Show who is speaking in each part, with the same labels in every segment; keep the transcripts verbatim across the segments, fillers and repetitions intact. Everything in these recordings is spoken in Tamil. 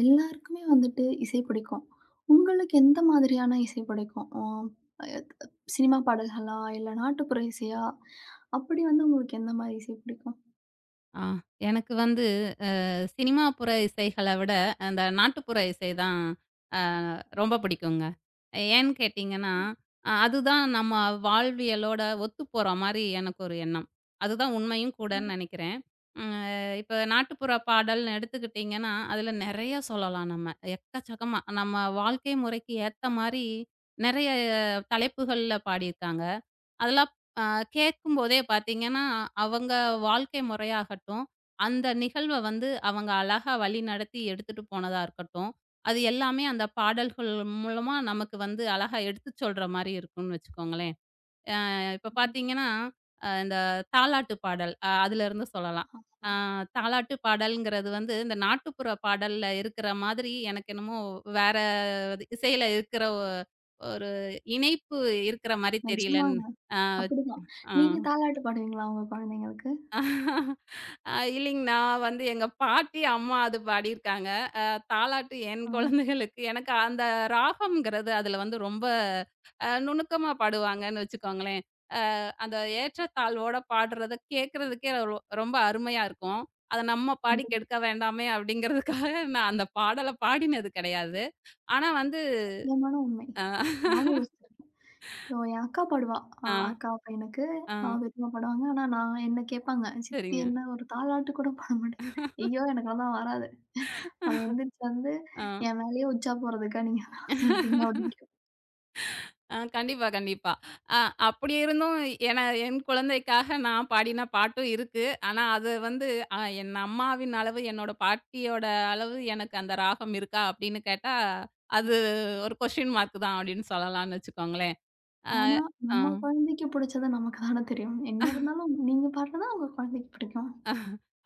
Speaker 1: எல்லாருக்குமே வந்துட்டு இசை பிடிக்கும். உங்களுக்கு எந்த மாதிரியான இசை பிடிக்கும்? ஆ சினிமா பாடல்களா? இல்ல நாட்டுப்புற இசையா? அப்படி வந்து உங்களுக்கு எந்த மாரி இசை பிடிக்கும்?
Speaker 2: ஆ. எனக்கு வந்து அ சினிமாப்புற இசைகள விட, அந்த நாட்டுப்புற இசை தான் அ ரொம்ப பிடிக்குங்க. ஏன்னு கேட்டீங்கன்னா, அ அதுதான் நம்ம வாழ்வியலோட ஒத்துப்போற மாரி எனக்கு ஒரு எண்ணம். அதுதான் உண்மையும் கூடன்னு
Speaker 1: கண்டிப்பா,
Speaker 2: நெனைக்கிறேன். ம் அ இப்ப நாட்டுப்புற பாடல்னு எடுத்துக்கிட்டீங்கன்னா, அதுல நெறைய சொல்லலாம் நம்ம. எக்கச்சக்கமா நம்ம வாழ்க்கை முறைக்கு ஏத்த மாரி நெறைய தலைப்புகள்ல பாடியிருக்காங்க. அதெல்லாம் ஆ கேட்கும்போதே பார்த்தீங்கன்னா, அவங்க வாழ்க்கை முறையாகட்டும், அந்த நிகழ்வ வந்து அவங்க அழகா வழிநடத்தி எடுத்துட்டு போனதா இருக்கட்டும், அது எல்லாமே அந்த பாடல்கள் மூலமா நமக்கு வந்து அழகா எடுத்துச் சொல்ற மாரி இருக்கும்னு வச்சுக்கோங்களேன். அ இப்ப
Speaker 1: கண்டிப்பா.
Speaker 2: பார்த்தீங்கன்னா, அ இந்த தாலாட்டு பாடல் அ அதிலிருந்து சொல்லலாம். ஆ தாலாட்டு பாடல்ங்கிறது வந்து இந்த நாட்டுப்புற பாடல்ல இருக்கிற மாதிரி எனக்கு என்னமோ வேற இது இசையில இருக்கிற ஒ ஒரு இணைப்பு இருக்கிற மாரி தெரியலன்னு.
Speaker 1: நிஜமாங்க.
Speaker 2: ஆ,
Speaker 1: அப்படிதான்.
Speaker 2: ஆ.
Speaker 1: நீங்க தாலாட்டு பாடுவீங்களா உங்க குழந்தைங்களுக்கு?
Speaker 2: அ இல்லைங்க. நான் வந்து எங்க பாட்டி, அம்மா அது பாடியிருக்காங்க. அ தாலாட்டு என்
Speaker 1: ஆ,
Speaker 2: குழந்தைகளுக்கு எனக்கு அந்த ராகம்ங்கிறது அதில வந்து ரொம்ப அ நுணுக்கமா பாடுவாங்கன்னு வச்சுக்கோங்களேன். அ அந்த ஏற்றத்தாழ்வோட பாடுறத கேட்கறதுக்கே ரொ ரொம்ப அருமையா இருக்கும். அத நம்ம பாடி
Speaker 1: கண்டிப்பா.
Speaker 2: கெடுக்க வேண்டாமே அப்படிங்கிறதுக்காக நான் அந்த பாடல பாடினது கிடையாது. ஆனா வந்து
Speaker 1: முக்கியமான உண்மை.
Speaker 2: அ
Speaker 1: நானும் யோசிச்சிருக்கேன். இப்போ என் அக்கா பாடுவா. அ
Speaker 2: ஆ,
Speaker 1: அக்கா பையனுக்கு
Speaker 2: ஆ.
Speaker 1: அவ விருப்பமா பாடுவாங்க. ஆனா நான் என்ன கேட்பாங்க. சித்தி
Speaker 2: சரிங்க.
Speaker 1: என்ன ஒரு தாலாட்டு கூட பாட மாட்டேங்க. ஐயோ! எனக்கெல்லாம் வராது. அவன் எந்திரிச்சு வந்து
Speaker 2: ஆ.
Speaker 1: என் மேலேயே உச்சா போறதுக்கா நீங்க அதெல்லாம் சொல்றீங்க அப்படின்னு கேப்பா.
Speaker 2: ஆ கண்டிப்பா, கண்டிப்பா. அ அப்படி இருந்தும் ஏன்னா என் குழந்தைக்காக நான் பாடின பாட்டும் இருக்கு. ஆனா அது வந்து அ என் அம்மாவின் அளவு, என்னோட பாட்டியோட அளவு எனக்கு அந்த ராகம் இருக்கா அப்படின்னு கேட்டா, அது ஒரு கொஸ்டின் மார்க் தான் அப்படின்னு சொல்லலாம்னு வச்சுக்கோங்களேன். அ
Speaker 1: ஆனா
Speaker 2: ஆ,
Speaker 1: நம்ம குழந்தைக்கு பிடிச்சது நமக்கு தானே தெரியும். என்ன இருந்தாலும் நீங்க பாடுறது தான் உங்க குழந்தைக்கு பிடிக்கும்.
Speaker 2: ஆ,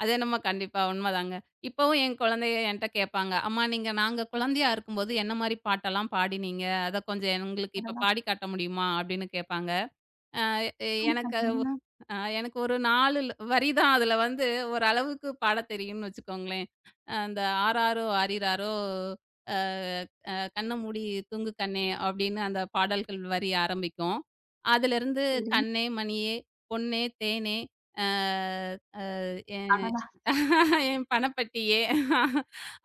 Speaker 2: அது என்னமோ கண்டிப்பா உண்மதாங்க. இப்பவும் என் குழந்தைக என்ட்ட கேட்பாங்க, "அம்மா நீங்க நாங்க குழந்தையா இருக்கும்போது என்ன மாரி பாட்டெல்லாம் பாடினீங்க? அத கொஞ்சம் எங்களுக்கு இப்ப
Speaker 1: அடடா!
Speaker 2: பாடி காட்ட முடியுமா?" அப்படின்னு கேட்பாங்க. எ எ-
Speaker 1: பாடி
Speaker 2: எனக்கு அது ஒ
Speaker 1: காட்டுங்கன்னா,
Speaker 2: அ எனக்கு ஒரு நாலு ல் வரி தான் அதுல வந்து ஓரளவுக்கு பாடத் தெரியும்னு வச்சுக்கோங்களேன். அந்த "ஆராரோ ஆரிராரோ அ அ கண்ண மூடி தூங்கு கண்ணே" அப்படின்னு அந்த பாடல்கள் வரி ஆரம்பிக்கும். அதிலிருந்து
Speaker 1: சரி
Speaker 2: "கண்ணே மணியே பொன்னே தேனே" அ எ
Speaker 1: அடடா!
Speaker 2: என் பணப்பெட்டியே.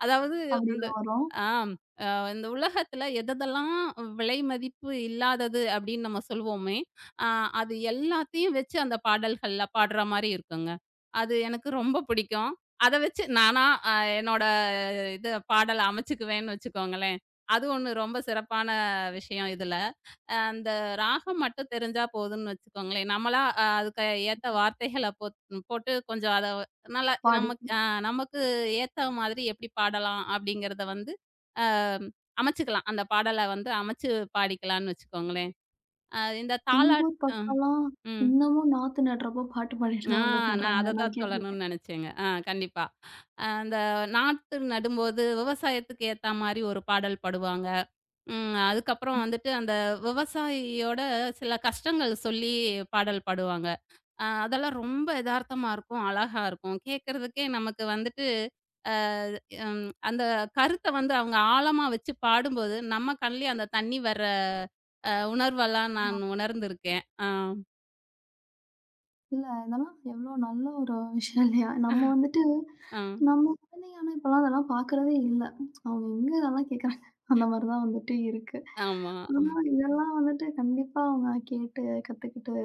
Speaker 2: அதாவது அந்த
Speaker 1: அப்படிலாம் வரும்.
Speaker 2: ஆம். அ இந்த உலகத்துல எதெதெல்லாம் விலை மதிப்பு இல்லாதது அப்படின்னு நம்ம சொல்வோமே, அ அது எல்லாத்தையும் வச்சு அந்த பாடல்கள்ல பாடுற மாரி இருக்குங்க. அது எனக்கு ரொம்ப பிடிக்கும். அத வச்சு நானா அ என்னோட இது பாடல் அமைச்சுக்குவேன்னு வச்சுக்கோங்களேன். அது ஒண்ணு ரொம்ப சிறப்பான விஷயம் இதுல. அ அந்த ராகம் மட்டும் தெரிஞ்சா போதும்னு வச்சுக்கோங்களேன். நம்மளா அ அதுக்கு ஏத்த வார்த்தைகள போட் போட்டு கொஞ்சம் அத நல்லா நமக்கு
Speaker 1: பாடிக்குவா.
Speaker 2: அ நமக்கு ஏத்த மாதிரி எப்படி பாடலாம் அப்படிங்கிறத வந்து அ அமைச்சுக்கலாம். அந்த பாடல வந்து அமைச்சு பாடிக்கலாம்னு வச்சுக்கோங்களேன். அ இந்த
Speaker 1: எங்க
Speaker 2: தாலாட்
Speaker 1: ஊர்
Speaker 2: அ
Speaker 1: பக்கம்லாம்
Speaker 2: ம்.
Speaker 1: இன்னமும் நாத்து நடுறப்போ பாட்டு பாடிட்டு
Speaker 2: ஆ
Speaker 1: தான் வந்து
Speaker 2: நான் அத
Speaker 1: நடுறாங்க.
Speaker 2: தான்
Speaker 1: நான்
Speaker 2: சொல்லணும்னு
Speaker 1: கேட்டிருக்கேன்.
Speaker 2: நெனச்சேங்க. ஆ கண்டிப்பா. அஹ் அந்த நாத்து நடும்போது விவசாயத்துக்கு ஏத்தா மாரி ஒரு பாடல் பாடுவாங்க. ம். அதுக்கப்புறம் வந்துட்டு அந்த விவசாயியோட சில கஷ்டங்கள் சொல்லி பாடல் பாடுவாங்க. அ அதெல்லாம் ரொம்ப எதார்த்தமா இருக்கும். அழகா இருக்கும். கேட்கறதுக்கே நமக்கு வந்துட்டு ம் அந்த கருத்த வந்து அவங்க ஆழமா வச்சு பாடும்போது, நம்ம கண்லயே அந்த தண்ணி வர அ உணர்வெல்லாம் நான் உணர்ந்திருக்கேன். ஆ.
Speaker 1: இல்ல, இதெல்லாம் எவ்ளோ நல்ல ஒரு விஷயம் இல்லையா? நம்ம வந்துட்டு
Speaker 2: ஆ.
Speaker 1: நம்ம குழந்தைங்க ஆனா இப்பலாம் அதெல்லாம் பார்க்கறதே இல்ல. அவங்க எங்க இதெல்லாம் கேட்கறாங்க? அந்த மாரி தான் வந்துட்டு இருக்கு.
Speaker 2: ஆமா.
Speaker 1: ஆனா இதெல்லாம் வந்துட்டு கண்டிப்பா அவங்க கேட்டு, கத்துக்கிட்டு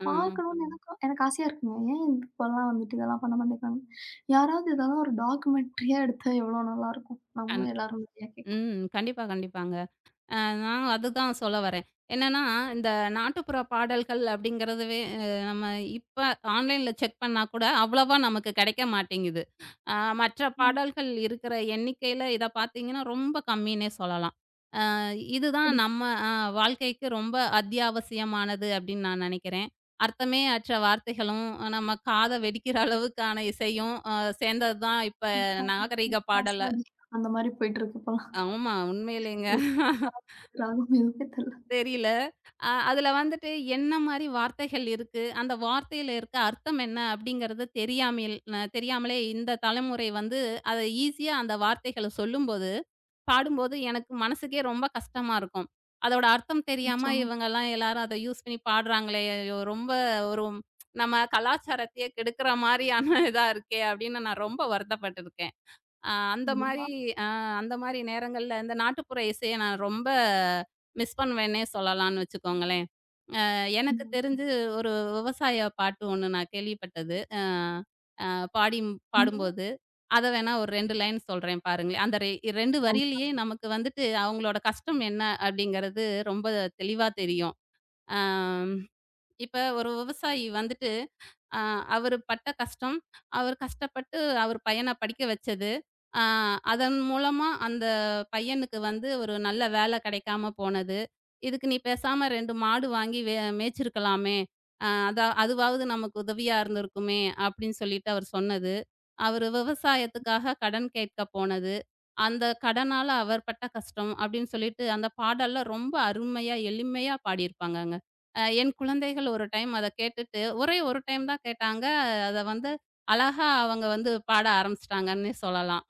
Speaker 2: ம்.
Speaker 1: பார்க்கணும்னு ம். எனக்கும் எனக்கு ஆசையா இருக்குங்க. ஏன் இப்பலாம் வந்துட்டு இதெல்லாம் பண்ண மாட்டேங்கிறாங்க? யாராவது இதெல்லாம் ஒரு டாக்குமெண்ட்ரியா எடுத்தா எவ்ளோ நல்லாருக்கும்?
Speaker 2: கண்
Speaker 1: நம்மளும் எல்லாரும் நெறையா கேட்கலாம்.
Speaker 2: ம். கண்டிப்பா, கண்டிப்பாங்க. அ நான் அதுதான் சொல்ல வரேன். என்னன்னா, இந்த நாட்டுப்புற பாடல்கள் அப்படிங்கிறதுவே அ நம்ம இப்ப ஆன்லைன்ல செக் பண்ணா கூட அவ்வளவா நமக்கு கிடைக்க மாட்டேங்குது. அ மற்ற பாடல்கள் இருக்கிற எண்ணிக்கையில இத பார்த்தீங்கன்னா, ரொம்ப கம்மின்னே சொல்லலாம். அ இதுதான்
Speaker 1: அப்படி
Speaker 2: நம்ம அ வாழ்க்கைக்கு ரொம்ப அத்தியாவசியமானது அப்படின்னு நான் நினைக்கிறேன். அர்த்தமே அற்ற வார்த்தைகளும், அஹ் நம்ம காத வெடிக்கிற அளவுக்கான இசையும் அ சேர்ந்தது தான் இப்ப நாகரீக பாடல்.
Speaker 1: ஆசாடி அந்த மாரி போயிட்டு இருக்கு இப்பலாம்.
Speaker 2: ஆமா உண்மையிலேங்க.
Speaker 1: ராகம் எதுவுமே தெர்ல.
Speaker 2: தெரியல. அ அதுல வந்துட்டு என்ன மாரி வார்த்தைகள் இருக்கு? அந்த வார்த்தையில இருக்க அர்த்தம் என்ன? அப்படிங்கிறது தெரியாமையில் அ தெரியாமலே இந்த தலைமுறை வந்து அத ஈஸியா அந்த வார்த்தைகள சொல்லும்போது, பாடும்போது எனக்கு மனசுக்கே ரொம்ப கஷ்டமா இருக்கும். அதோட அர்த்தம்
Speaker 1: அச்சோ!
Speaker 2: தெரியாம இவங்கலாம் எல்லாரும் அத யூஸ் பண்ணி பாடுறாங்களே! ஐயோ! ரொம்ப ஒரு நம்ம கலாச்சாரத்தையே கெடுக்கிற மாரியான இதா இருக்கே! அப்படின்னு நான் ரொம்ப வருத்தப்பட்டுருக்கேன். அ அந்த
Speaker 1: கண்டிப்பா.
Speaker 2: மாரி அ அந்த மாரி நேரங்கள்ல இந்த நாட்டுப்புற இசைய நான் ரொம்ப மிஸ் பண்ணுவேன்னே சொல்லலாம்னு வச்சுக்கோங்களேன். அ எனக்கு
Speaker 1: ம்.
Speaker 2: தெரிஞ்சு ஒரு விவசாய பாட்டு ஒண்ணு நான் கேள்விப்பட்டது. அ அ பாடி
Speaker 1: இந்த
Speaker 2: பாடும்போது, அத வேணா ஒரு ரெண்டு லைன் சொல்றேன் பாருங்களேன். அந்த ரெ ரெண்டு வரியிலேயே நமக்கு வந்துட்டு அவங்களோட கஷ்டம் என்ன? அப்படிங்கிறது ரொம்ப தெளிவா தெரியும். அம். இப்ப ஒரு விவசாயி வந்துட்டு, அ அவரு பட்ட கஷ்டம், அவர் கஷ்டப்பட்டு அவர் பையன படிக்க வச்சது. அ அதன் மூலமா அந்த பையனுக்கு வந்து ஒரு நல்ல வேலை கிடைக்காம போனது. இதுக்கு நீ பேசாம ரெண்டு மாடு வாங்கி வே மேய்ச்சிருக்கலாமே! அ அதா அதுவாவது நமக்கு உதவியா இருந்திருக்குமே! அப்படின்னு சொல்லிட்டு அவர் சொன்னது. அவரு விவசாயத்துக்காக கடன் கேட்க போனது. அந்த கடனால அவர் பட்ட கஷ்டம் அப்படின்னு சொல்லிட்டு, அந்த பாடல்லாம் ரொம்ப அருமையா, எளிமையா பாடியிருப்பாங்கங்க. அ என் குழந்தைகள் ஒரு டைம் அத கேட்டுட்டு, ஒரே ஒரு டைம் தான் கேட்டாங்க. அத வந்து அழகா அவங்க வந்து பாட ஆரம்பிச்சுட்டாங்கன்னே சொல்லலாம்.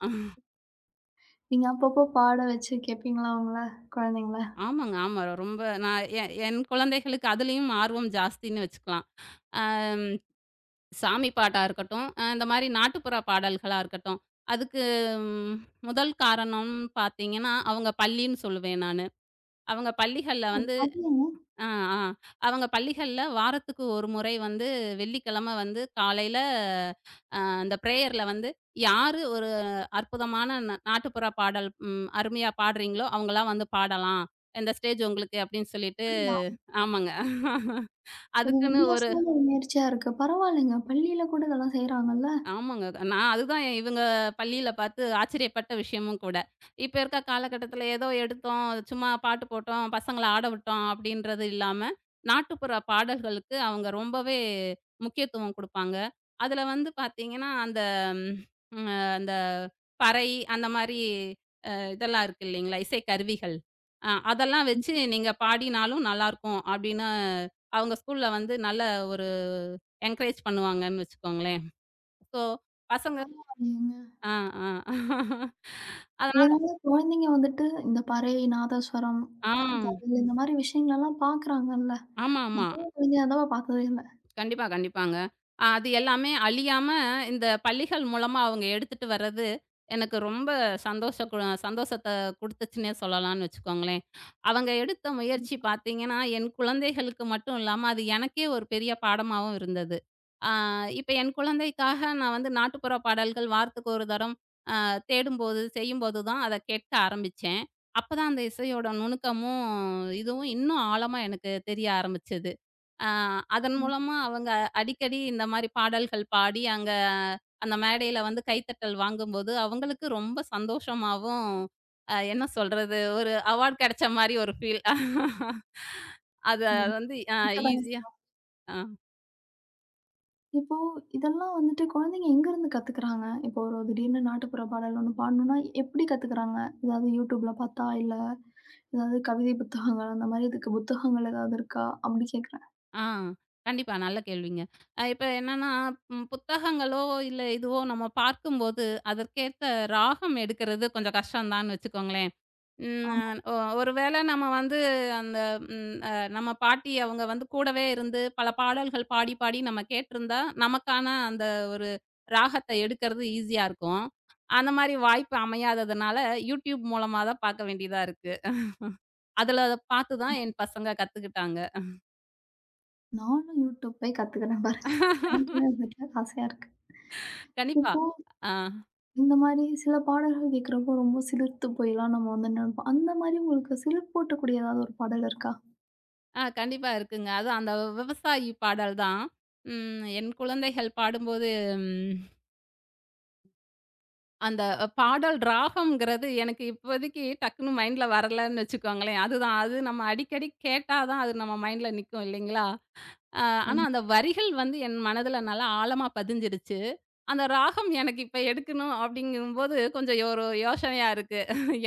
Speaker 1: நீங்க அப்பப்போ பாட வச்சு கேட்பீங்களா அவங்கள? குழந்தைங்கள?
Speaker 2: ஆமாங்க, ஆமா. ரொம்ப நான் என் என் குழந்தைகளுக்கு அதுலயும் ஆர்வம் ஜாஸ்தின்னு வச்சுக்கலாம். அம் சாமி பாட்டா இருக்கட்டும், அ இந்த மாரி நாட்டுப்புற பாடல்களா இருக்கட்டும். அதுக்கு ம் முதல் காரணம் பார்த்தீங்கன்னா, அவங்க பள்ளின்னு சொல்லுவேன் நானு. அவங்க பள்ளிகள்ல வந்து,
Speaker 1: அது என்ன?
Speaker 2: ஆ, ஆ, அவங்க பள்ளிகள்ல வாரத்துக்கு ஒரு முறை வந்து வெள்ளிக்கிழமை வந்து காலையில அந்த பிரேயர்ல வந்து யாரு ஒரு அற்புதமான ந நாட்டுப்புற பாடல் ம் அருமையா பாடுறீங்களோ, அவங்கலாம் வந்து பாடலாம். இந்த ஸ்டேஜ் உங்களுக்கு அப்படின்னு சொல்லிட்டு
Speaker 1: அப்படியா?
Speaker 2: ஆமாங்க.
Speaker 1: இது
Speaker 2: அதுக்குன்னு ஒரு
Speaker 1: வித்தியாசமான ஒரு முயற்சியா இருக்கு. பரவாயில்லங்க. பள்ளியில கூட இதெல்லாம் செய்றாங்கல்ல.
Speaker 2: ஆமாங்க. நான் அதுதான் என் இவங்க பள்ளியில பார்த்து ஆச்சரியப்பட்ட விஷயமும் கூட. இப்ப இருக்க காலகட்டத்தில ஏதோ எடுத்தோம், சும்மா பாட்டு போட்டோம், பசங்கள ஆட விட்டோம் அப்படின்றது இல்லாம, நாட்டுப்புற பாடல்களுக்கு அவங்க ரொம்பவே முக்கியத்துவம் குடுப்பாங்க. அதுல வந்து பார்த்தீங்கன்னா, அந்த ம் அ அந்த பறை அந்த மாரி இதெல்லாம் இருக்கு இல்லைங்களா? இசை கருவிகள். அ அதெல்லாம் வச்சு நீங்க பாடினாலும் நல்லாருக்கும் அப்படின்னு அவங்க ஸ்கூல்ல வந்து நல்ல ஒரு என்கரேஜ் பண்ணுவாங்கன்னு வச்சுக்கோங்களேன். ஸோ பசங்க
Speaker 1: பரவாயில்லங்க.
Speaker 2: ஆ, ஆ. அதனால
Speaker 1: இதனால குழந்தைங்க வந்துட்டு இந்த பறை, நாதஸ்வரம்,
Speaker 2: ஆ.
Speaker 1: அ தவில் இந்த மாரி விஷயங்களெல்லாம் பார்க்குறாங்கல்ல.
Speaker 2: ஆமாமா.
Speaker 1: நானும் குழந்தையா இருந்தப்ப பார்த்ததே இல்ல.
Speaker 2: கண்டிப்பா, கண்டிப்பாங்க. அ அது எல்லாமே அழியாம இந்த பள்ளிகள் மூலமா அவங்க எடுத்துட்டு வர்றது, எனக்கு ரொம்ப சந்தோஷ கு சந்தோஷத்த குடுத்துச்சுன்னே சொல்லலாம்னு வச்சுக்கோங்களேன். அவங்க எடுத்த முயற்சி பார்த்தீங்கன்னா, என் குழந்தைகளுக்கு மட்டும் இல்லாம, அது எனக்கே ஒரு பெரிய பாடமாவும் இருந்தது. ஆ இப்ப என் குழந்தைக்காக நான் வந்து நாட்டுப்புற பாடல்கள் வாரத்துக்கு ஒரு தரம் அ தேடும்போது, செய்யும்போது தான் அத கேட்க ஆரம்பிச்சேன். அப்பதான் அந்த இசையோட நுணுக்கமும், இதுவும் இன்னும் ஆழமா எனக்கு தெரிய ஆரம்பிச்சது. ஆ அதன்
Speaker 1: ம்.
Speaker 2: மூலமா அவங்க அடிக்கடி இந்த மாரி பாடல்கள் பாடி, அங்க அந்த மேடையில வந்து கைத்தட்டல் வாங்கும்போது, அவங்களுக்கு ரொம்ப சந்தோஷமாவும், அ என்ன சொல்றது? ஒரு அவார்ட் கிடைச்ச மாரி ஒரு ஃபீல். அது
Speaker 1: ம்.
Speaker 2: வந்து அ
Speaker 1: இருக்கதாங்க
Speaker 2: ஈஸியா.
Speaker 1: செய்யும்.
Speaker 2: ஆ,
Speaker 1: இப்போ இதெல்லாம் வந்துட்டு குழந்தைங்க எங்கருந்து கத்துக்குறாங்க? இப்போ ஒரு திடீர்னு நாட்டுப்புற பாடல் ஒண்ணு பாடணும்னா எப்படி கத்துக்குறாங்க? ஏதாவது YouTubeல பார்த்தா? இல்ல அதாவது கவிதை புத்தகங்கள் அந்த மாதிரி இதுக்கு புத்தகங்கள் ஏதாவது இருக்கா? அப்படி கேட்குறேன்.
Speaker 2: ஆ கண்டிப்பா. நல்ல கேள்விங்க. அ இப்ப என்னன்னா, ம் புத்தகங்களோ, இல்ல இதுவோ நம்ம பார்க்கும்போது, அதற்கேத்த ராகம் எடுக்கிறது கொஞ்சம் கஷ்டம் தான்னு வச்சுக்கோங்களேன். ம்.
Speaker 1: ஆமா.
Speaker 2: அ ஒ ஒரு வேள நம்ம வந்து அந்த ம் அ நம்ம பாட்டி அவங்க வந்து கூடவே இருந்து பல பாடல்கள் பாடி, பாடி நம்ம கேட்டிருந்தா, நமக்கான அந்த ஒரு ராகத்த எடுக்கறது ஈஸியா இருக்கும். அந்த மாரி வாய்ப்பு அமையாததுனால, YouTube மூலமா தான் பாக்க வேண்டியதா இருக்கு. அதுல பாத்து தான் என் பசங்க கத்துக்கிட்டாங்க.
Speaker 1: நானும் YouTube போய் கத்துக்கிறேன் பாருங்க. எனக்குமே அது கேட்க ஆசையா இருக்கு.
Speaker 2: கண்டிப்பா.
Speaker 1: இப்போ
Speaker 2: ஆ,
Speaker 1: இந்த மாதிரி சில பாடல்கள் கேட்கிறப்போ ரொம்ப சிலிர்த்து போய்லாம் நம்ம வந்து நினைப்போம். அந்த மாதிரி உங்களுக்கு சிலிர்ப்பூட்டக்கூடிய ஏதாவது ஒரு பாடல் இருக்கா?
Speaker 2: ஆ கண்டிப்பா இருக்குங்க. அதுவும் அந்த விவசாயி பாடல் தான். ம் என் குழந்தைகள் பாடும்போது அந்த அ, பாடல் ராகம்ங்கிறது எனக்கு இப்போதைக்கு டக்குனு மைண்ட்ல வரலன்னு வச்சுக்கோங்களேன். அதுதான். அது நம்ம அடிக்கடி கேட்டா தான் அது நம்ம மைண்ட்ல நிக்கும் இல்லைங்களா? அ ஆனா
Speaker 1: கண்டிப்
Speaker 2: அந்த வரிகள் வந்து என் மனதுல நல்லா ஆழமா பதிஞ்சிருச்சு. அந்த ராகம் எனக்கு இப்ப எடுக்கணும் அப்படிங்கும்போது கொஞ்சம் ஒரு யோசனையா இருக்கு.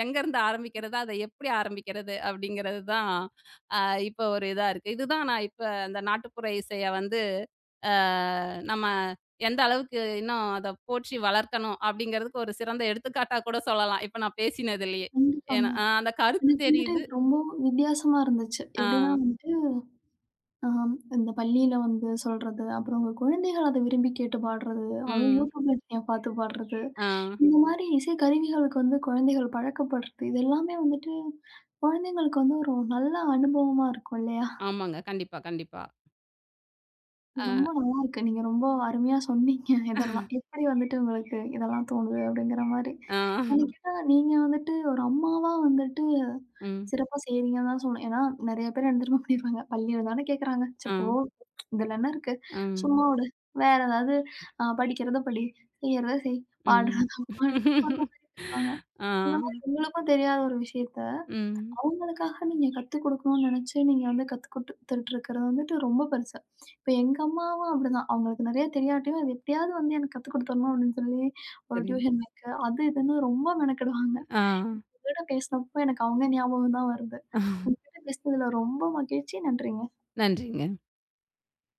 Speaker 2: எங்கருந்து ஆரம்பிக்கிறது? அத எப்படி ஆரம்பிக்கிறது? அப்படிங்கிறது தான் அ இப்ப ஒரு இதா இருக்கு. இதுதான் நான் இப்ப அந்த நாட்டுப்புற இசைய வந்து அ நம்ம எந்த அளவுக்கு இன்னும் அத போற்றி வளர்க்கணும் அப்படிங்கிறதுக்கு ஒரு சிறந்த எடுத்துக்காட்டா கூட சொல்லலாம். இப்ப நான் பேசினதிலேயே.
Speaker 1: கண்டிப்பாங்க.
Speaker 2: ஏன்னா அ அந்த கருத்து
Speaker 1: எனக்கு வந்துட்டு
Speaker 2: தெரியுது.
Speaker 1: இது ரொம்ப வித்தியாசமா இருந்துச்சு.
Speaker 2: ஆ,
Speaker 1: எப்படின்னா ஆம். இந்த பள்ளியில வந்து சொல்றது, அப்புறம் உங்க குழந்தைகள் அத விரும்பி கேட்டு பாடுறது, அதுவும்
Speaker 2: ம்.
Speaker 1: யூடியூப்ல நீங்க பார்த்து பாடுறது,
Speaker 2: ஆ.
Speaker 1: இந்த மாரி இசை கருவிகளுக்கு வந்து குழந்தைகள் பழக்கப்படுறது, இது எல்லாமே வந்துட்டு குழந்தைங்களுக்கு வந்து ஒரு நல்ல அனுபவமா இருக்கும் இல்லையா?
Speaker 2: ஆமாங்க. கண்டிப்பா, கண்டிப்பா.
Speaker 1: இது ரொம்ப
Speaker 2: அ,
Speaker 1: நல்லா இருக்கு. நீங்க ரொம்ப அருமையா சொன்னீங்க இதெல்லாம். எப்படி வந்துட்டு உங்களுக்கு இதெல்லாம் தோணுது அப்படிங்கிற மாரி.
Speaker 2: ஆ.
Speaker 1: எனக்கு ம். கேட்டா நீங்க வந்துட்டு ஒரு அம்மாவா வந்துட்டு
Speaker 2: ம்.
Speaker 1: சிறப்பா செய்றீங்கன்னு தான் சொல்லணும். ஏன்னா நெறைய பேர் என்ன தெரியுமா பண்ணிருப்பாங்க. பள்ளியில தானே கேட்கறாங்க. சே
Speaker 2: ஆ.
Speaker 1: போ இதுல என்ன இருக்கு?
Speaker 2: ம்.
Speaker 1: சும்மா விடு. வேற ஏதாவது அ படிக்கிறத படி, செய்யறத செய்,
Speaker 2: ம்.
Speaker 1: பாடுறத பாடு. அந்த மாரி சொல்றாங்க.
Speaker 2: ஆ.
Speaker 1: இந்த
Speaker 2: ம்.
Speaker 1: மாரி உங்களுக்கும் தெரியாத ஒரு விஷயத்த அவங்களுக்காக நீங்க கத்துக் குடுக்கணும்னு நெனச்சு, நீங்க வந்து கத்து குடுத்துட்டு இருக்கிறது வந்துட்டு ரொம்ப பெருசு. இப்ப எங்க அம்மாவும் அப்படிதான். அவங்களுக்கு நெறைய தெரியாட்டியும், அது எப்படியாவது வந்து எனக்கு கத்துக் குடுத்துரணும் அப்படின்னு சொல்லி, ஒரு
Speaker 2: சரிங்க.
Speaker 1: டியூஷன் வைக்க, அது இதுன்னு ரொம்ப மெனக்கெடுவாங்க.
Speaker 2: ஆ.
Speaker 1: உங்ககிட்ட பேசினப்போ எனக்கு அவங்க ஞாபகம் தான் வருது. உங்ககிட்ட பேசினதுல ரொம்ப மகிழ்ச்சி. நன்றிங்க.
Speaker 2: நன்றிங்க.